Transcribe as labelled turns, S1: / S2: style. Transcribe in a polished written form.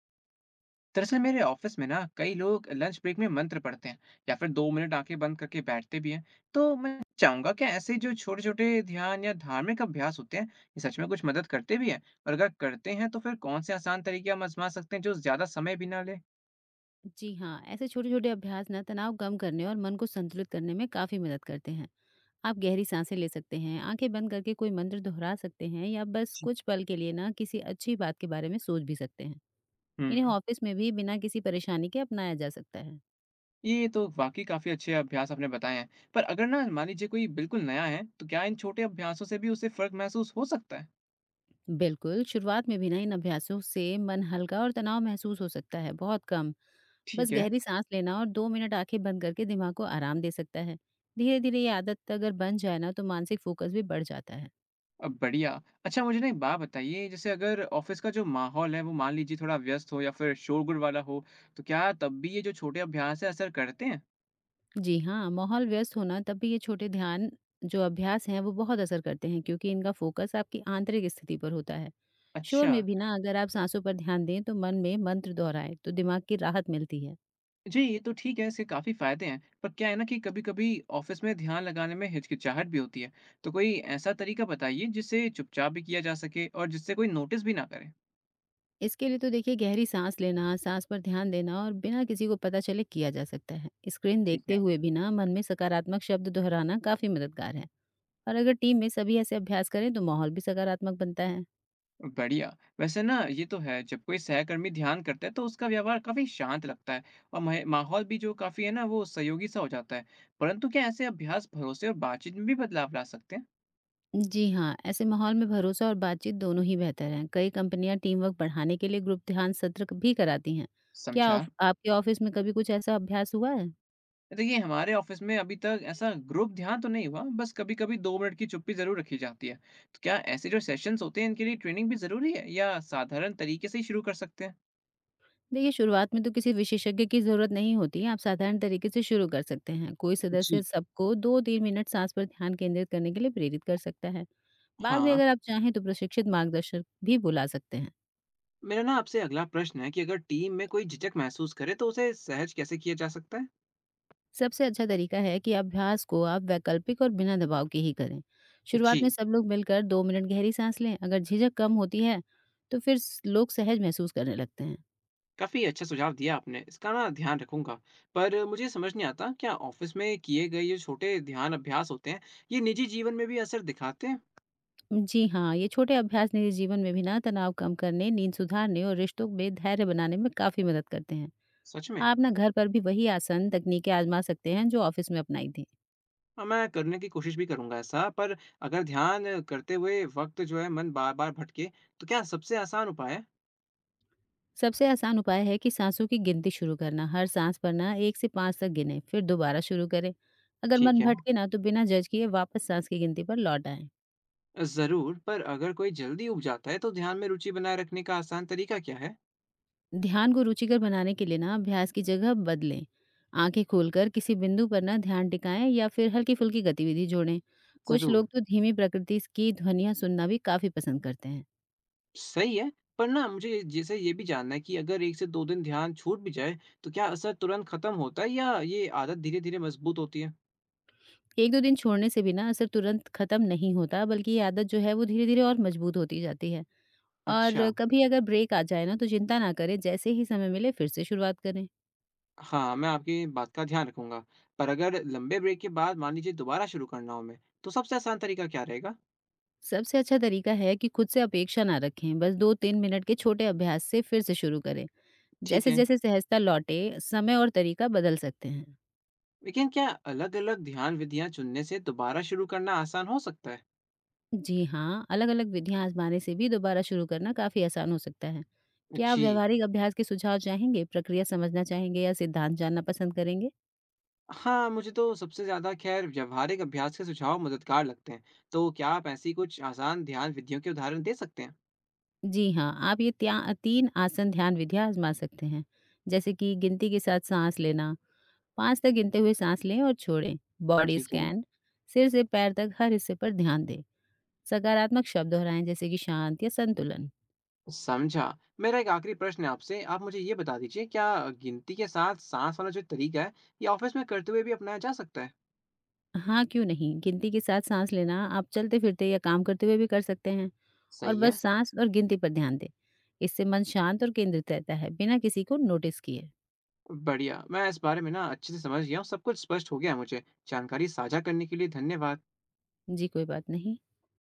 S1: दरअसल मेरे ऑफिस में ना कई लोग लंच ब्रेक में मंत्र पढ़ते हैं या फिर 2 मिनट आंखें बंद करके बैठते भी हैं। तो मैं चाहूंगा कि ऐसे जो छोटे छोटे ध्यान या धार्मिक अभ्यास होते हैं ये सच में कुछ मदद करते भी हैं, और अगर करते हैं तो फिर कौन से आसान तरीके हम आजमा सकते हैं जो ज्यादा समय भी ना ले।
S2: जी हाँ, ऐसे छोटे-छोटे अभ्यास ना तनाव कम करने और मन को संतुलित करने में काफ़ी मदद करते हैं। आप गहरी सांसें ले सकते हैं, आंखें बंद करके कोई मंत्र दोहरा सकते हैं या बस
S1: जी।
S2: कुछ पल के लिए ना किसी अच्छी बात के बारे में सोच भी सकते हैं। इन्हें
S1: हम्म।
S2: ऑफिस में भी बिना किसी परेशानी के अपनाया जा सकता है।
S1: ये तो वाकई काफी अच्छे अभ्यास आपने बताए हैं। पर अगर ना मान लीजिए कोई बिल्कुल नया है तो क्या इन छोटे अभ्यासों से भी उसे फर्क महसूस हो सकता है?
S2: बिल्कुल, शुरुआत में भी ना इन अभ्यासों से मन हल्का और तनाव महसूस हो सकता है, बहुत कम।
S1: ठीक
S2: बस
S1: है।
S2: गहरी सांस लेना और 2 मिनट आंखें बंद करके दिमाग को आराम दे सकता है। धीरे-धीरे ये आदत अगर बन जाए ना तो मानसिक फोकस भी बढ़ जाता है।
S1: बढ़िया। अच्छा, मुझे ना एक बात बताइए, जैसे अगर ऑफ़िस का जो माहौल है वो मान लीजिए थोड़ा व्यस्त हो या फिर शोरगुल वाला हो, तो क्या तब भी ये जो छोटे अभ्यास हैं असर करते हैं?
S2: जी हाँ, माहौल व्यस्त होना तब भी ये छोटे ध्यान जो अभ्यास हैं वो बहुत असर करते हैं, क्योंकि इनका फोकस आपकी आंतरिक स्थिति पर होता है। शोर
S1: अच्छा।
S2: में भी ना अगर आप सांसों पर ध्यान दें तो मन में मंत्र दोहराएं तो दिमाग की राहत मिलती है।
S1: जी, ये तो ठीक है, इसके काफ़ी फ़ायदे हैं, पर क्या है ना कि कभी-कभी ऑफ़िस में ध्यान लगाने में हिचकिचाहट भी होती है। तो कोई ऐसा तरीका बताइए जिससे चुपचाप भी किया जा सके और जिससे कोई नोटिस भी ना करे?
S2: इसके लिए तो देखिए, गहरी सांस लेना, सांस पर ध्यान देना और बिना किसी को पता चले किया जा सकता है। स्क्रीन
S1: ठीक है।
S2: देखते हुए भी ना मन में सकारात्मक शब्द दोहराना काफी मददगार है। और अगर टीम में सभी ऐसे अभ्यास करें तो माहौल भी सकारात्मक बनता है।
S1: बढ़िया। वैसे ना ये तो है, जब कोई सहकर्मी ध्यान करता है तो उसका व्यवहार काफ़ी शांत लगता है, और मह माहौल भी जो काफ़ी है ना वो सहयोगी सा हो जाता है। परंतु क्या ऐसे अभ्यास भरोसे और बातचीत में भी बदलाव ला सकते हैं?
S2: जी हाँ, ऐसे माहौल में भरोसा और बातचीत दोनों ही बेहतर हैं। कई कंपनियां टीम वर्क बढ़ाने के लिए ग्रुप ध्यान सत्र भी कराती हैं। क्या
S1: समझा।
S2: आपके ऑफिस में कभी कुछ ऐसा अभ्यास हुआ है?
S1: देखिए, हमारे ऑफिस में अभी तक ऐसा ग्रुप ध्यान तो नहीं हुआ, बस कभी-कभी 2 मिनट की चुप्पी ज़रूर रखी जाती है। तो क्या ऐसे जो सेशंस होते हैं इनके लिए ट्रेनिंग भी ज़रूरी है या साधारण तरीके से ही शुरू कर सकते हैं?
S2: देखिए, शुरुआत में तो किसी विशेषज्ञ की जरूरत नहीं होती है। आप साधारण तरीके से शुरू कर सकते हैं। कोई
S1: जी
S2: सदस्य सबको दो तीन मिनट सांस पर ध्यान केंद्रित करने के लिए प्रेरित कर सकता है। बाद में
S1: हाँ।
S2: अगर आप चाहें तो प्रशिक्षित मार्गदर्शक भी बुला सकते हैं।
S1: मेरा ना आपसे अगला प्रश्न है कि अगर टीम में कोई झिझक महसूस करे तो उसे सहज कैसे किया जा सकता है?
S2: सबसे अच्छा तरीका है कि अभ्यास को आप वैकल्पिक और बिना दबाव के ही करें।
S1: जी।
S2: शुरुआत में सब लोग मिलकर दो मिनट गहरी सांस लें। अगर झिझक कम होती है, तो फिर लोग सहज महसूस करने लगते हैं।
S1: काफ़ी अच्छा सुझाव दिया आपने, इसका ना ध्यान रखूँगा। पर मुझे समझ नहीं आता, क्या ऑफ़िस में किए गए ये छोटे ध्यान अभ्यास होते हैं, ये निजी जीवन में भी असर दिखाते हैं?
S2: जी हाँ, ये छोटे अभ्यास निजी जीवन में भी ना तनाव कम करने, नींद सुधारने और रिश्तों में धैर्य बनाने में काफी मदद करते हैं।
S1: सच में?
S2: आप ना घर पर भी वही आसन तकनीकें आजमा सकते हैं जो ऑफिस में अपनाई थी।
S1: हाँ, मैं करने की कोशिश भी करूँगा ऐसा, पर अगर ध्यान करते हुए वक़्त जो है मन बार-बार भटके, तो क्या सबसे आसान उपाय है?
S2: सबसे आसान उपाय है कि सांसों की गिनती शुरू करना, हर सांस पर ना एक से पाँच तक गिने, फिर दोबारा शुरू करें। अगर
S1: ठीक
S2: मन
S1: है।
S2: भटके ना तो बिना जज किए वापस सांस की गिनती पर लौट आए।
S1: ज़रूर, पर अगर कोई जल्दी ऊब जाता है तो ध्यान में रुचि बनाए रखने का आसान तरीका क्या है?
S2: ध्यान को रुचिकर बनाने के लिए ना अभ्यास की जगह बदलें, आंखें खोलकर किसी बिंदु पर ना ध्यान टिकाएं या फिर हल्की फुल्की गतिविधि जोड़ें। कुछ
S1: ज़रूर।
S2: लोग तो धीमी प्रकृति की ध्वनियां सुनना भी काफी पसंद करते हैं।
S1: सही है, पर ना मुझे जैसे ये भी जानना है कि अगर 1 से 2 दिन ध्यान छूट भी जाए, तो क्या असर तुरंत खत्म होता है या ये आदत धीरे-धीरे मजबूत होती है?
S2: एक दो दिन छोड़ने से भी ना असर तुरंत खत्म नहीं होता, बल्कि ये आदत जो है वो धीरे धीरे और मजबूत होती जाती है।
S1: अच्छा।
S2: और कभी अगर ब्रेक आ जाए ना तो चिंता ना करें, जैसे ही समय मिले फिर से शुरुआत करें।
S1: हाँ, मैं आपकी बात का ध्यान रखूंगा। पर अगर लंबे ब्रेक के बाद मान लीजिए दोबारा शुरू करना हो मैं, तो सबसे आसान तरीका क्या रहेगा?
S2: सबसे अच्छा तरीका है कि खुद से अपेक्षा ना रखें, बस 2-3 मिनट के छोटे अभ्यास से फिर से शुरू करें।
S1: ठीक है,
S2: जैसे-जैसे सहजता लौटे, समय और तरीका बदल सकते हैं।
S1: लेकिन क्या अलग-अलग ध्यान विधियां चुनने से दोबारा शुरू करना आसान हो सकता है?
S2: जी हाँ, अलग-अलग विधियाँ आजमाने से भी दोबारा शुरू करना काफ़ी आसान हो सकता है। क्या आप
S1: जी।
S2: व्यावहारिक अभ्यास के सुझाव चाहेंगे, प्रक्रिया समझना चाहेंगे या सिद्धांत जानना पसंद करेंगे?
S1: हाँ, मुझे तो सबसे ज़्यादा खैर व्यावहारिक अभ्यास के सुझाव मददगार लगते हैं। तो क्या आप ऐसी कुछ आसान ध्यान विधियों के उदाहरण दे सकते हैं?
S2: जी हाँ, आप ये त्या 3 आसन ध्यान विधियाँ आजमा सकते हैं, जैसे कि गिनती के साथ साँस लेना, पाँच तक गिनते हुए सांस लें और छोड़ें। बॉडी
S1: ठीक है।
S2: स्कैन, सिर से पैर तक हर हिस्से पर ध्यान दें। सकारात्मक शब्द दोहराएं, जैसे कि शांत या संतुलन।
S1: समझा। मेरा एक आखिरी प्रश्न है आपसे, आप मुझे ये बता दीजिए, क्या गिनती के साथ साँस वाला जो तरीका है, ये ऑफ़िस में करते हुए भी अपनाया जा सकता है?
S2: हाँ, क्यों नहीं, गिनती के साथ सांस लेना आप चलते फिरते या काम करते हुए भी कर सकते हैं। और
S1: सही
S2: बस
S1: है।
S2: सांस और गिनती पर ध्यान दें, इससे मन शांत और केंद्रित रहता है, बिना किसी को नोटिस किए।
S1: बढ़िया। मैं इस बारे में ना अच्छे से समझ गया हूँ, सब कुछ स्पष्ट हो गया है मुझे। जानकारी साझा करने के लिए धन्यवाद।
S2: जी, कोई बात नहीं।